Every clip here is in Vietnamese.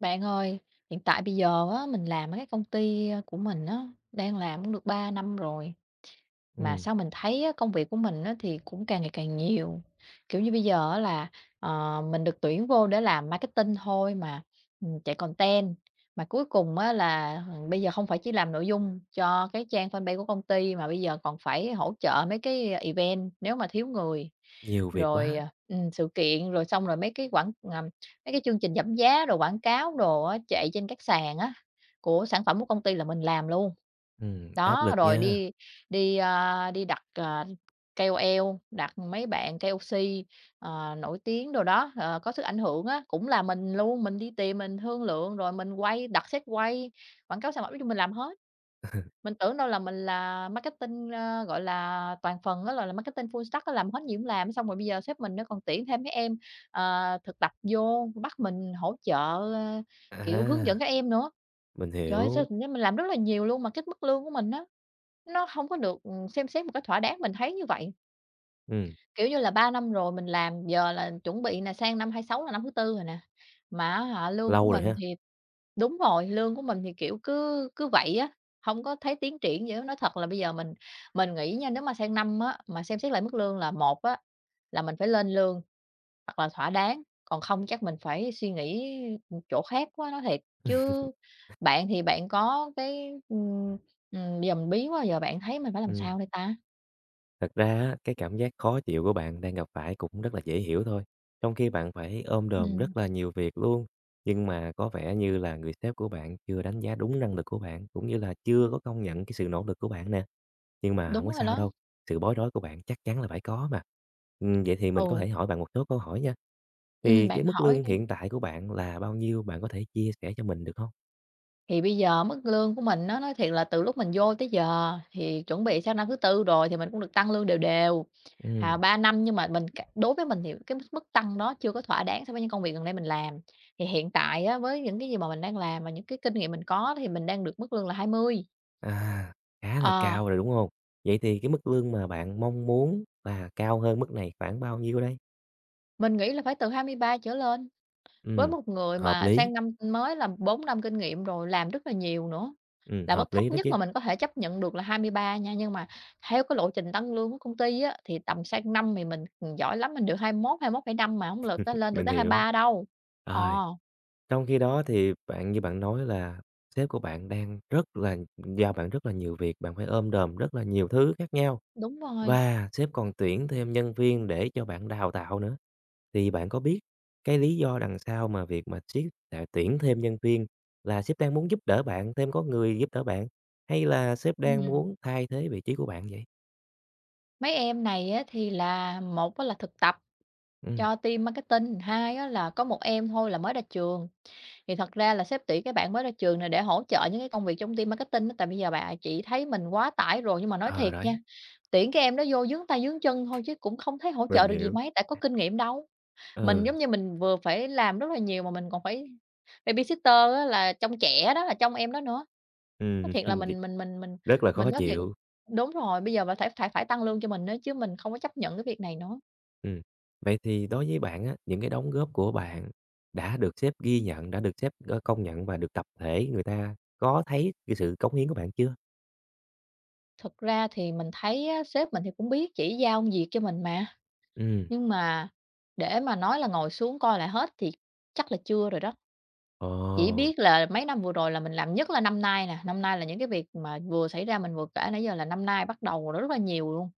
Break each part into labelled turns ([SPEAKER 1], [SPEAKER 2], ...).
[SPEAKER 1] Bạn ơi, hiện tại bây giờ á, mình làm ở cái công ty, của mình á, đang làm cũng được 3 năm rồi. Mà
[SPEAKER 2] Ừm,
[SPEAKER 1] sao mình thấy á, công việc của mình á, thì cũng càng ngày càng nhiều, kiểu như, bây giờ á là, mình được tuyển vô để làm marketing thôi mà, chạy content, mà cuối cùng á là, bây giờ không phải chỉ làm nội dung cho cái trang fanpage của công ty mà bây giờ còn phải hỗ trợ mấy cái event nếu mà thiếu người,
[SPEAKER 2] nhiều việc
[SPEAKER 1] rồi,
[SPEAKER 2] quá,
[SPEAKER 1] sự kiện, rồi xong rồi mấy cái mấy cái chương trình giảm giá, rồi quảng cáo đồ á, chạy trên các sàn á, của sản phẩm của công ty là mình làm luôn.
[SPEAKER 2] áp
[SPEAKER 1] Đó,
[SPEAKER 2] lực
[SPEAKER 1] rồi
[SPEAKER 2] nha.
[SPEAKER 1] đi đi, a, đi đặt, KOL, đặt mấy bạn KOC, nổi tiếng đồ đó, có sức ảnh hưởng á, cũng là mình luôn, mình đi tìm mình thương lượng rồi mình quay, đặt set quay, quảng cáo sản phẩm, nói chung mình làm hết. Mình tưởng đâu là mình là marketing, gọi là, toàn phần đó là marketing full stack á, làm hết gì cũng làm, xong rồi bây giờ sếp mình nó còn tuyển thêm mấy em, thực tập vô, bắt mình hỗ trợ, ơ, kiểu, hướng dẫn
[SPEAKER 2] À,
[SPEAKER 1] các em nữa.
[SPEAKER 2] mình
[SPEAKER 1] Trời ơi, sao
[SPEAKER 2] hiểu,
[SPEAKER 1] tự nhiên mình làm rất là nhiều luôn mà cái mức lương của mình á, nó hông có được, xem xét một cách thỏa đáng, mình thấy như vậy.
[SPEAKER 2] ừm,
[SPEAKER 1] Kiểu như là, 3 năm rồi mình làm, giờ là chuẩn bị nè, sang năm hai sáu là năm thứ tư rồi nè, mà á hả lương của
[SPEAKER 2] lâu rồi
[SPEAKER 1] mình
[SPEAKER 2] ha?
[SPEAKER 1] thì đúng rồi, lương của mình thì, kiểu, cứ cứ vậy á, hông có thấy tiến triển gì hết. Nói thật là bây giờ mình nghĩ nha, nếu mà sang năm á, mà xem xét lại mức lương là một á, là mình phải lên lương hoặc là thỏa đáng, còn không chắc mình phải suy nghĩ, chỗ khác quá, nói thiệt. Chứ bạn thì bạn có cái bây giờ mình bí quá, giờ bạn thấy mình phải làm
[SPEAKER 2] Ừm.
[SPEAKER 1] sao đây ta?
[SPEAKER 2] Thật ra á, cái cảm giác khó chịu của bạn đang gặp phải cũng rất là dễ hiểu thôi. Trong khi bạn phải ôm đồm
[SPEAKER 1] Ừm,
[SPEAKER 2] rất là nhiều việc luôn, nhưng mà có vẻ như là người sếp của bạn chưa đánh giá đúng năng lực của bạn, cũng như là chưa có công nhận cái sự nỗ lực của bạn nè. Nhưng mà không
[SPEAKER 1] đúng
[SPEAKER 2] có
[SPEAKER 1] rồi
[SPEAKER 2] sao
[SPEAKER 1] đó,
[SPEAKER 2] đâu, sự bối rối của bạn chắc chắn là phải có mà. Vậy thì mình có
[SPEAKER 1] ừ,
[SPEAKER 2] thể hỏi bạn một số câu hỏi nha. Thì cái
[SPEAKER 1] bạn
[SPEAKER 2] mức
[SPEAKER 1] hỏi
[SPEAKER 2] lương
[SPEAKER 1] đi.
[SPEAKER 2] hiện tại của bạn là bao nhiêu? Bạn có thể chia sẻ cho mình được không?
[SPEAKER 1] Thì bây giờ mức lương của mình á, nói thiệt là từ lúc mình vô tới giờ thì chuẩn bị sang năm thứ tư rồi thì mình cũng được tăng lương đều đều, à,
[SPEAKER 2] Ừm.
[SPEAKER 1] 3 năm nhưng mà mình c đối với mình thì cái mức mức tăng đó chưa có thỏa đáng so với những công việc gần đây mình làm. Thì hiện tại á, với những cái gì mà mình đang làm và những cái kinh nghiệm mình có thì mình đang được mức lương là 20,
[SPEAKER 2] À, khá là
[SPEAKER 1] ờ,
[SPEAKER 2] cao rồi, đúng không? Vậy thì cái mức lương mà bạn mong muốn là cao hơn mức này khoảng bao nhiêu đây?
[SPEAKER 1] mình nghĩ là phải từ 23 trở lên. Với
[SPEAKER 2] Ừm,
[SPEAKER 1] một người
[SPEAKER 2] hợp
[SPEAKER 1] mà
[SPEAKER 2] lý,
[SPEAKER 1] sang năm mới là 4 năm kinh nghiệm rồi, làm rất là nhiều nữa, là mức
[SPEAKER 2] hợp
[SPEAKER 1] thấp
[SPEAKER 2] lý đó
[SPEAKER 1] nhất
[SPEAKER 2] chứ,
[SPEAKER 1] mà mình có thể chấp nhận được là 23 nha. Nhưng mà theo cái lộ trình tăng lương của công ty á, thì tầm sang năm thì mình, ừ, giỏi lắm mình được 21, 21,5 mà không được lên được
[SPEAKER 2] mình
[SPEAKER 1] tới
[SPEAKER 2] hiểu.
[SPEAKER 1] 23 đâu. Ờ,
[SPEAKER 2] Rồi, trong khi đó thì bạn như bạn nói là sếp của bạn đang rất là giao bạn rất là nhiều việc, bạn phải ôm đồm rất là nhiều thứ khác nhau.
[SPEAKER 1] đúng rồi,
[SPEAKER 2] Và sếp còn tuyển thêm nhân viên để cho bạn đào tạo nữa. Thì bạn có biết cái lý do đằng sau mà việc mà sếp lại tuyển thêm nhân viên là sếp đang muốn giúp đỡ bạn, thêm có người giúp đỡ bạn, hay là sếp đang
[SPEAKER 1] ừm.
[SPEAKER 2] muốn thay thế vị trí của bạn vậy?
[SPEAKER 1] Mấy em này á, thì là một á là thực tập
[SPEAKER 2] Ừm,
[SPEAKER 1] cho team marketing, hai á là có một em thôi là mới ra trường. Thì thật ra là sếp tuyển cái bạn mới ra trường này để hỗ trợ những cái công việc trong team marketing á, tại bây giờ bà chị thấy mình quá tải rồi. Nhưng mà nói
[SPEAKER 2] ờ,
[SPEAKER 1] thiệt
[SPEAKER 2] đấy,
[SPEAKER 1] nha, tuyển cái em đó vô vướng tay vướng chân thôi chứ cũng không thấy hỗ
[SPEAKER 2] mình
[SPEAKER 1] trợ được gì
[SPEAKER 2] hiểu.
[SPEAKER 1] mấy, tại có kinh nghiệm đâu. Mình
[SPEAKER 2] Ừ,
[SPEAKER 1] giống như mình vừa phải làm rất là nhiều mà mình còn phải babysitter á, là trông trẻ đó, là trông em đó nữa. Nói
[SPEAKER 2] ừm,
[SPEAKER 1] thiệt là
[SPEAKER 2] thì
[SPEAKER 1] mình mình mình mình
[SPEAKER 2] rất là
[SPEAKER 1] mình
[SPEAKER 2] khó
[SPEAKER 1] nói thiệt
[SPEAKER 2] chịu.
[SPEAKER 1] đúng rồi, bây giờ bà phải phải phải tăng lương cho mình nữa chứ mình không có chấp nhận cái việc này nữa.
[SPEAKER 2] Ừm, vậy thì đối với bạn á, những cái đóng góp của bạn đã được sếp ghi nhận, đã được sếp, công nhận và được tập thể người ta có thấy cái sự cống hiến của bạn chưa?
[SPEAKER 1] Thực ra thì mình thấy á, sếp mình thì cũng biết chỉ giao công việc cho mình mà.
[SPEAKER 2] Ừ.
[SPEAKER 1] Nhưng mà để mà nói là ngồi xuống coi lại hết thì chắc là chưa rồi đó.
[SPEAKER 2] Ồ.
[SPEAKER 1] Chỉ biết là mấy năm vừa rồi là mình làm, nhất là năm nay nè, năm nay là những cái việc mà vừa xảy ra mình vừa kể nãy giờ là năm nay bắt đầu rất là nhiều luôn.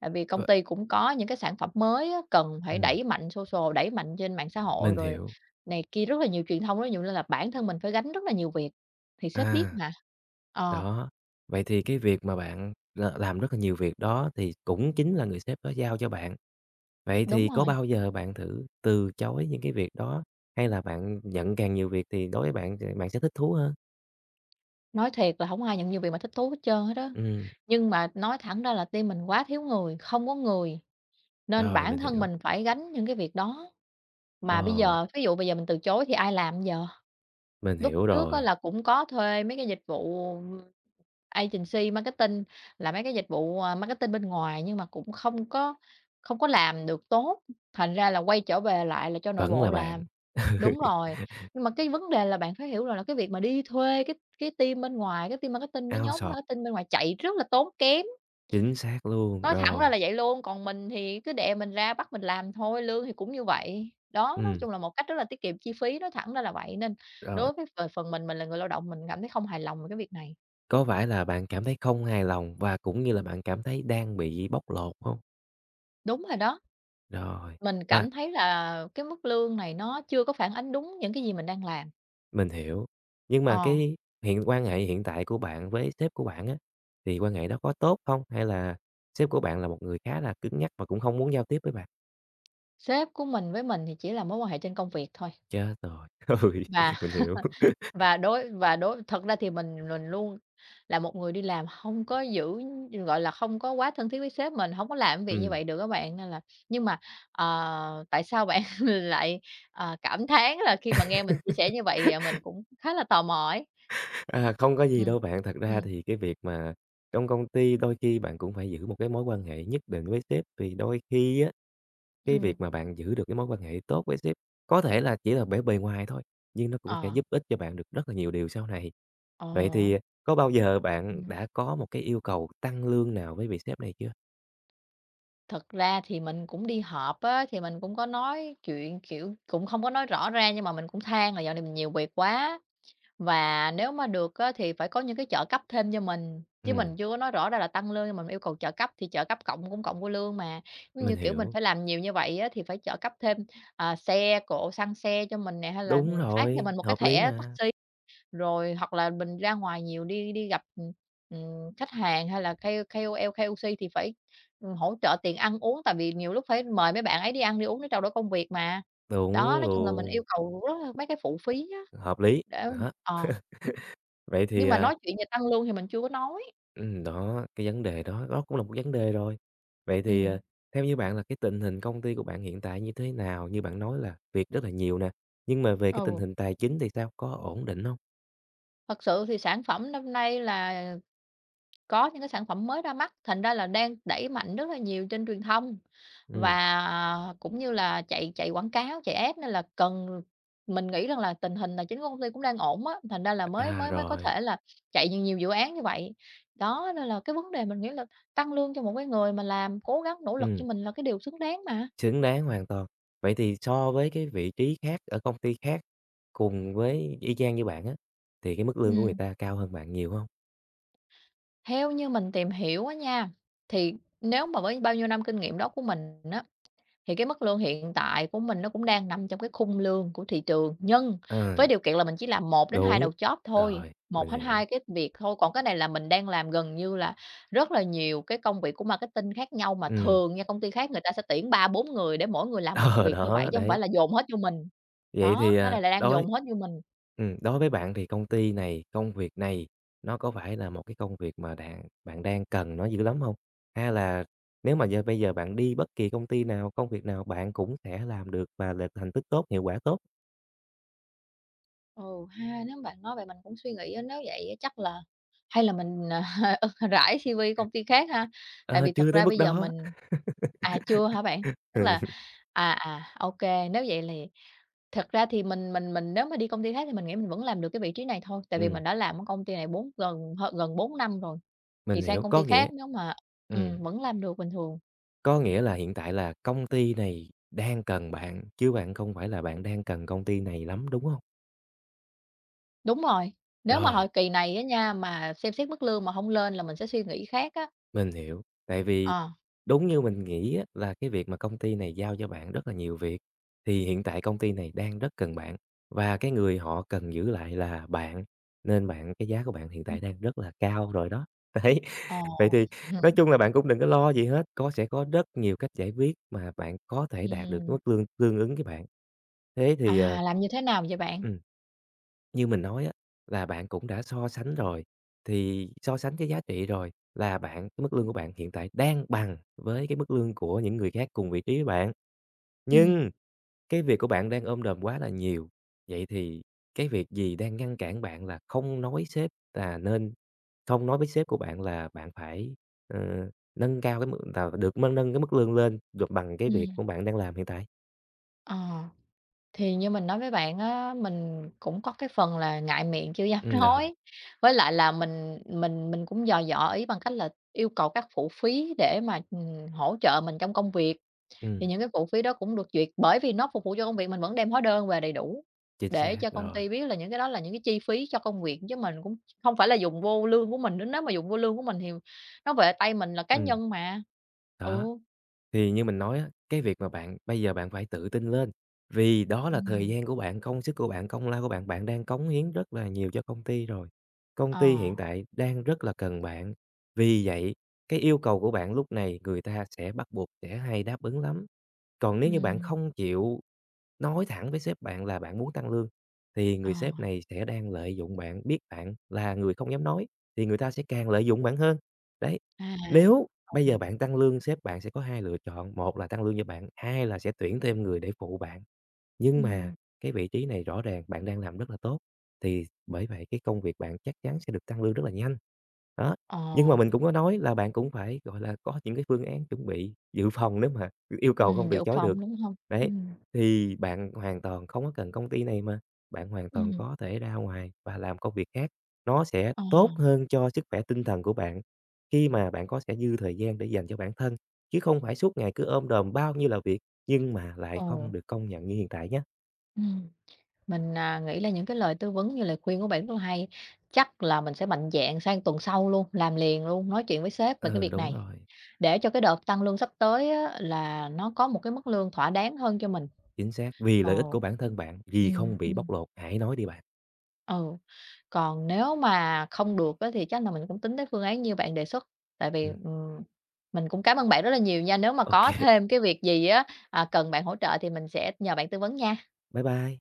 [SPEAKER 1] Tại vì công
[SPEAKER 2] V
[SPEAKER 1] ty cũng có những cái sản phẩm mới á, cần phải
[SPEAKER 2] ừm,
[SPEAKER 1] đẩy mạnh social, đẩy mạnh trên mạng xã hội
[SPEAKER 2] mình
[SPEAKER 1] rồi
[SPEAKER 2] hiểu.
[SPEAKER 1] này kia rất là nhiều truyền thông, rất nhiều nên là bản thân mình phải gánh rất là nhiều việc, thì sếp biết
[SPEAKER 2] À,
[SPEAKER 1] mà. Ờ,
[SPEAKER 2] đó, vậy thì cái việc mà bạn là làm rất là nhiều việc đó thì cũng chính là người sếp đó giao cho bạn. Vậy
[SPEAKER 1] đúng
[SPEAKER 2] thì có
[SPEAKER 1] rồi,
[SPEAKER 2] bao giờ bạn thử từ chối những cái việc đó, hay là bạn nhận càng nhiều việc thì đối với bạn thì bạn sẽ thích thú hơn?
[SPEAKER 1] nói thiệt là không ai nhận nhiều việc mà thích thú hết trơn hết đó.
[SPEAKER 2] Ừm,
[SPEAKER 1] Nhưng mà nói thẳng ra là team mình quá thiếu người, không có người. Nên
[SPEAKER 2] rồi,
[SPEAKER 1] bản
[SPEAKER 2] mình
[SPEAKER 1] thân
[SPEAKER 2] hiểu.
[SPEAKER 1] mình phải gánh những cái việc đó, mà bây
[SPEAKER 2] Ồ,
[SPEAKER 1] giờ ví dụ bây giờ mình từ chối thì ai làm giờ?
[SPEAKER 2] mình
[SPEAKER 1] Lúc
[SPEAKER 2] hiểu
[SPEAKER 1] trước á
[SPEAKER 2] rồi,
[SPEAKER 1] là cũng có thuê mấy cái dịch vụ agency marketing, là mấy cái dịch vụ, marketing bên ngoài nhưng mà cũng không có làm được tốt, thành ra là quay trở về lại là cho nội
[SPEAKER 2] vẫn
[SPEAKER 1] bộ
[SPEAKER 2] là bạn.
[SPEAKER 1] làm. Đúng rồi, nhưng mà cái vấn đề là bạn phải hiểu rằng là cái việc mà đi thuê cái team bên ngoài, cái team marketing, cái
[SPEAKER 2] Ao
[SPEAKER 1] nhóm
[SPEAKER 2] sọt,
[SPEAKER 1] marketing bên ngoài chạy rất là tốn kém.
[SPEAKER 2] chính xác luôn,
[SPEAKER 1] Nói thẳng ra
[SPEAKER 2] rồi,
[SPEAKER 1] là vậy luôn, còn mình thì cứ đè mình ra bắt mình làm thôi, lương thì cũng như vậy. Đó, nói
[SPEAKER 2] ừm,
[SPEAKER 1] chung là một cách rất là tiết kiệm chi phí, nói thẳng ra là vậy, nên
[SPEAKER 2] rồi.
[SPEAKER 1] đối với về phần mình là người lao động mình cảm thấy không hài lòng về cái việc này.
[SPEAKER 2] Có phải là bạn cảm thấy không hài lòng và cũng như là bạn cảm thấy đang bị bóc lột không?
[SPEAKER 1] Đúng rồi đó,
[SPEAKER 2] Rồi,
[SPEAKER 1] mình
[SPEAKER 2] và
[SPEAKER 1] cảm thấy là cái mức lương này nó chưa có phản ánh đúng những cái gì mình đang làm.
[SPEAKER 2] mình hiểu. Nhưng mà
[SPEAKER 1] Ờ,
[SPEAKER 2] cái hiện quan hệ hiện tại của bạn với sếp của bạn á, thì quan hệ đó có tốt không? Hay là sếp của bạn là một người khá là cứng nhắc và cũng không muốn giao tiếp với bạn?
[SPEAKER 1] sếp của mình với mình thì chỉ là mối quan hệ trên công việc thôi
[SPEAKER 2] Chết rồi! Ừ,
[SPEAKER 1] và
[SPEAKER 2] mình hiểu.
[SPEAKER 1] Và đối thật ra thì mình luôn là một người đi làm không có giữ gọi là, không có quá thân thiết với sếp mình, hổng có làm cái việc như
[SPEAKER 2] Ừm,
[SPEAKER 1] vậy được á bạn, nên là nhưng mà, tại sao bạn lại, cảm thán là khi mà nghe mình chia sẻ như vậy, mình cũng khá là tò mò ấy.
[SPEAKER 2] không có gì
[SPEAKER 1] Ừm,
[SPEAKER 2] đâu bạn. Thật ra
[SPEAKER 1] ừm,
[SPEAKER 2] thì cái việc mà trong công ty đôi khi bạn cũng phải giữ một cái mối quan hệ nhất định với sếp, vì đôi khi á cái
[SPEAKER 1] ừm,
[SPEAKER 2] việc mà bạn giữ được cái mối quan hệ tốt với sếp có thể là chỉ là bề bề ngoài thôi, nhưng nó cũng sẽ
[SPEAKER 1] ờ,
[SPEAKER 2] giúp ích cho bạn được rất là nhiều điều sau này.
[SPEAKER 1] ờ,
[SPEAKER 2] Vậy thì có bao giờ bạn
[SPEAKER 1] ừm.
[SPEAKER 2] đã có một cái yêu cầu tăng lương nào với vị sếp này chưa?
[SPEAKER 1] Thật ra thì mình cũng đi họp á, thì mình cũng có nói chuyện, kiểu, cũng không có nói rõ ra nhưng mà mình cũng than là dạo này mình nhiều việc quá. Và nếu mà được á, thì phải có những cái trợ cấp thêm cho mình, chứ mình
[SPEAKER 2] Ừm,
[SPEAKER 1] chưa có nói rõ ra là tăng lương, nhưng mà mình yêu cầu trợ cấp thì trợ cấp cũng cộng vô lương mà. Giống như,
[SPEAKER 2] mình
[SPEAKER 1] kiểu, mình
[SPEAKER 2] hiểu.
[SPEAKER 1] phải làm nhiều như vậy á, thì phải trợ cấp thêm, à, xe cộ, xăng xe cho mình nè, hay là,
[SPEAKER 2] Đúng
[SPEAKER 1] phát cho
[SPEAKER 2] rồi,
[SPEAKER 1] mình một cái
[SPEAKER 2] hợp lý
[SPEAKER 1] thẻ
[SPEAKER 2] mà.
[SPEAKER 1] taxi, rồi hoặc là mình ra ngoài nhiều đi đi gặp, khách hàng hay là KOL, KOC thì phải, hỗ trợ tiền ăn uống, tại vì nhiều lúc phải mời mấy bạn ấy đi ăn đi uống để trao đổi công việc mà. Đó,
[SPEAKER 2] Đúng
[SPEAKER 1] nói chung là mình
[SPEAKER 2] luôn,
[SPEAKER 1] yêu cầu rất là mấy cái phụ phí á,
[SPEAKER 2] hợp lý.
[SPEAKER 1] để
[SPEAKER 2] Đó.
[SPEAKER 1] ờ.
[SPEAKER 2] Vậy
[SPEAKER 1] Nhưng
[SPEAKER 2] thì,
[SPEAKER 1] mà nói chuyện về tăng lương thì mình chưa có nói.
[SPEAKER 2] ừm, đó, cái vấn đề đó, đó cũng là một vấn đề rồi. Vậy thì,
[SPEAKER 1] Ừm,
[SPEAKER 2] theo như bạn là cái tình hình công ty của bạn hiện tại như thế nào? Như bạn nói là việc rất là nhiều nè, nhưng mà về cái tình
[SPEAKER 1] ừ,
[SPEAKER 2] hình tài chính thì sao? Có ổn định không?
[SPEAKER 1] thật sự thì sản phẩm năm nay là có những cái sản phẩm mới ra mắt, thành ra là đang đẩy mạnh rất là nhiều trên truyền thông
[SPEAKER 2] Ừ.
[SPEAKER 1] và cũng như là chạy chạy quảng cáo, chạy ad nên là cần mình nghĩ rằng là tình hình là chính của công ty cũng đang ổn á, thành ra là mới
[SPEAKER 2] À,
[SPEAKER 1] mới mới có
[SPEAKER 2] rồi,
[SPEAKER 1] thể là chạy nhiều nhiều dự án như vậy. Đó, nên là cái vấn đề mình nghĩ là tăng lương cho một cái người mà làm cố gắng nỗ lực
[SPEAKER 2] ừ,
[SPEAKER 1] cho mình là cái điều xứng đáng mà.
[SPEAKER 2] xứng đáng hoàn toàn. Vậy thì so với cái vị trí khác ở công ty khác cùng với y chang như bạn á, thì cái mức lương của người
[SPEAKER 1] Ừm.
[SPEAKER 2] ta cao hơn bạn nhiều không?
[SPEAKER 1] Theo như mình tìm hiểu á nha, thì nếu mà với bao nhiêu năm kinh nghiệm đó của mình á, thì cái mức lương hiện tại của mình nó cũng đang nằm trong cái khung lương của thị trường, nhưng
[SPEAKER 2] Ờ,
[SPEAKER 1] với điều kiện là mình chỉ làm một đến hai
[SPEAKER 2] đúng,
[SPEAKER 1] đầu job thôi,
[SPEAKER 2] rồi,
[SPEAKER 1] 1
[SPEAKER 2] mình hiểu.
[SPEAKER 1] hai cái việc thôi, còn cái này là mình đang làm gần như là rất là nhiều cái công việc của marketing khác nhau, mà
[SPEAKER 2] Ừ.
[SPEAKER 1] thường nha, công ty khác người ta sẽ tuyển ba bốn người để mỗi người làm một
[SPEAKER 2] Ờ,
[SPEAKER 1] việc như vậy
[SPEAKER 2] đó,
[SPEAKER 1] chứ không phải
[SPEAKER 2] đấy.
[SPEAKER 1] là dồn hết vô mình.
[SPEAKER 2] Vậy
[SPEAKER 1] Đó,
[SPEAKER 2] thì,
[SPEAKER 1] cái
[SPEAKER 2] à,
[SPEAKER 1] này là đang
[SPEAKER 2] đối
[SPEAKER 1] dồn hết vô mình.
[SPEAKER 2] đối với bạn thì công ty này, công việc này nó có phải là một cái công việc mà bạn bạn đang cần nó dữ lắm không? Hay là nếu mà giờ bây giờ bạn đi bất kỳ công ty nào, công việc nào bạn cũng sẽ làm được và là thành tích tốt, hiệu quả tốt?
[SPEAKER 1] Ừ ha, nếu bạn nói vậy mình cũng suy nghĩ á, nếu vậy á chắc là hay là mình, rải CV công ty khác ha? Tại
[SPEAKER 2] Ờ,
[SPEAKER 1] vì thật
[SPEAKER 2] chưa tới
[SPEAKER 1] ra
[SPEAKER 2] mức
[SPEAKER 1] bây giờ
[SPEAKER 2] đó.
[SPEAKER 1] mình chưa hả bạn? Tức là à, à, ô nếu vậy thì thật ra thì mình nếu mà đi công ty khác thì mình nghĩ mình vẫn làm được cái vị trí này thôi, tại vì
[SPEAKER 2] Ừm,
[SPEAKER 1] mình đã làm ở công ty này bốn gần hơn gần 4 năm rồi, thì
[SPEAKER 2] mình
[SPEAKER 1] sang
[SPEAKER 2] hiểu,
[SPEAKER 1] công ty khác nếu mà
[SPEAKER 2] ừm,
[SPEAKER 1] vẫn làm được bình thường.
[SPEAKER 2] có nghĩa là hiện tại là công ty này đang cần bạn, chứ bạn không phải là bạn đang cần công ty này lắm, đúng không?
[SPEAKER 1] Đúng rồi, nếu mà
[SPEAKER 2] Rồi.
[SPEAKER 1] hồi kỳ này á nha, mà xem xét mức lương mà không lên là mình sẽ suy nghĩ khác á.
[SPEAKER 2] Mình hiểu, tại vì
[SPEAKER 1] Ờ,
[SPEAKER 2] đúng như mình nghĩ á, là cái việc mà công ty này giao cho bạn rất là nhiều việc, thì hiện tại công ty này đang rất cần bạn, và cái người họ cần giữ lại là bạn, nên bạn cái giá của bạn hiện tại đang rất là cao rồi đó. Đấy, vậy thì
[SPEAKER 1] ờ.
[SPEAKER 2] nói chung là bạn cũng đừng có lo gì hết, có sẽ có rất nhiều cách giải quyết mà bạn có thể đạt được cái
[SPEAKER 1] Ừm,
[SPEAKER 2] mức lương tương ứng với bạn. Thế thì,
[SPEAKER 1] à, làm như thế nào vậy bạn?
[SPEAKER 2] ừm, như mình nói á, là bạn cũng đã so sánh rồi, thì so sánh cái giá trị rồi là bạn cái mức lương của bạn hiện tại đang bằng với cái mức lương của những người khác cùng vị trí với bạn.
[SPEAKER 1] Ừm,
[SPEAKER 2] Nhưng cái việc của bạn đang ôm đồm quá là nhiều, vậy thì cái việc gì đang ngăn cản bạn là không nói sếp là nên không nói với sếp của bạn là bạn phải, ờ, nâng cao cái mức là được mân nâng cái mức lương lên được bằng cái việc của
[SPEAKER 1] ừm,
[SPEAKER 2] bạn đang làm hiện tại?
[SPEAKER 1] ờ, thì như mình nói với bạn á, mình cũng có cái phần là ngại miệng chưa dám
[SPEAKER 2] Ừm, rồi,
[SPEAKER 1] nói, với lại là mình cũng dò dò ý bằng cách là yêu cầu các phụ phí để mà, hỗ trợ mình trong công việc, thì
[SPEAKER 2] ừm,
[SPEAKER 1] những cái phụ phí đó cũng được duyệt, bởi vì nó phục vụ cho công việc, mình vẫn đem hóa đơn về đầy đủ
[SPEAKER 2] chính
[SPEAKER 1] để
[SPEAKER 2] xác
[SPEAKER 1] cho công
[SPEAKER 2] rồi.
[SPEAKER 1] ty biết là những cái đó là những cái chi phí cho công việc, chứ mình cũng không phải là dùng vô lương của mình nữa, nếu mà dùng vô lương của mình thì nó về tay mình là cá
[SPEAKER 2] Ừm.
[SPEAKER 1] nhân mà.
[SPEAKER 2] Đó.
[SPEAKER 1] Ừ.
[SPEAKER 2] Thì như mình nói á, cái việc mà bạn bây giờ bạn phải tự tin lên, vì đó là thời
[SPEAKER 1] Ừm,
[SPEAKER 2] gian của bạn, công sức của bạn, công lao của bạn, bạn đang cống hiến rất là nhiều cho công ty rồi. Công ty
[SPEAKER 1] ờ,
[SPEAKER 2] hiện tại đang rất là cần bạn, vì vậy cái yêu cầu của bạn lúc này người ta sẽ bắt buộc sẽ hay đáp ứng lắm. Còn nếu như bạn
[SPEAKER 1] ừm,
[SPEAKER 2] không chịu nói thẳng với sếp bạn là bạn muốn tăng lương, thì
[SPEAKER 1] ờ,
[SPEAKER 2] người sếp này sẽ đang lợi dụng bạn, biết bạn là người không dám nói, thì người ta sẽ càng lợi dụng bạn hơn. Đấy,
[SPEAKER 1] à,
[SPEAKER 2] nếu bây
[SPEAKER 1] phòng,
[SPEAKER 2] giờ bạn tăng lương, sếp bạn sẽ có hai lựa chọn, một là tăng lương cho bạn, hai là sẽ tuyển thêm người để phụ bạn. Nhưng mà
[SPEAKER 1] ừm,
[SPEAKER 2] cái vị trí này rõ ràng bạn đang làm rất là tốt, thì bởi vậy cái công việc bạn chắc chắn sẽ được tăng lương rất là nhanh. Đó,
[SPEAKER 1] ờ,
[SPEAKER 2] nhưng mà mình cũng có nói là bạn cũng phải, gọi là, có những cái phương án chuẩn bị dự phòng nếu mà yêu cầu không từ
[SPEAKER 1] dự
[SPEAKER 2] chối được.
[SPEAKER 1] phòng, đúng hông?
[SPEAKER 2] Đấy,
[SPEAKER 1] Ừm,
[SPEAKER 2] thì bạn hoàn toàn không có cần công ty này mà, bạn hoàn toàn
[SPEAKER 1] ừm,
[SPEAKER 2] có thể ra ngoài và làm công việc khác, nó sẽ
[SPEAKER 1] ờ,
[SPEAKER 2] tốt hơn cho sức khỏe tinh thần của bạn, khi mà bạn có sẽ dư thời gian để dành cho bản thân, chứ không phải suốt ngày cứ ôm đồm bao nhiêu là việc nhưng mà lại
[SPEAKER 1] ừ,
[SPEAKER 2] không được công nhận như hiện tại nhé.
[SPEAKER 1] ừm, mình, nghĩ là những cái lời tư vấn như lời khuyên của bạn rất là hay. Chắc là mình sẽ mạnh dạn sang tuần sau luôn, làm liền luôn, nói chuyện với sếp về cái
[SPEAKER 2] Ừ,
[SPEAKER 1] việc
[SPEAKER 2] đúng
[SPEAKER 1] này,
[SPEAKER 2] rồi.
[SPEAKER 1] để cho cái đợt tăng lương sắp tới á là nó có một cái mức lương thỏa đáng hơn cho mình.
[SPEAKER 2] Chính xác, vì
[SPEAKER 1] Ờ,
[SPEAKER 2] lợi ích của bản thân bạn, vì
[SPEAKER 1] ừm,
[SPEAKER 2] không bị
[SPEAKER 1] ừm,
[SPEAKER 2] bóc lột, hãy nói đi bạn.
[SPEAKER 1] ừ. Còn nếu mà không được á, thì chắc là mình cũng tính tới phương án như bạn đề xuất, tại vì,
[SPEAKER 2] Ừm,
[SPEAKER 1] mình cũng cảm ơn bạn rất là nhiều nha. Nếu mà
[SPEAKER 2] ô
[SPEAKER 1] có thêm cái việc gì á, cần bạn hỗ trợ thì mình sẽ nhờ bạn tư vấn nha.
[SPEAKER 2] bye bye.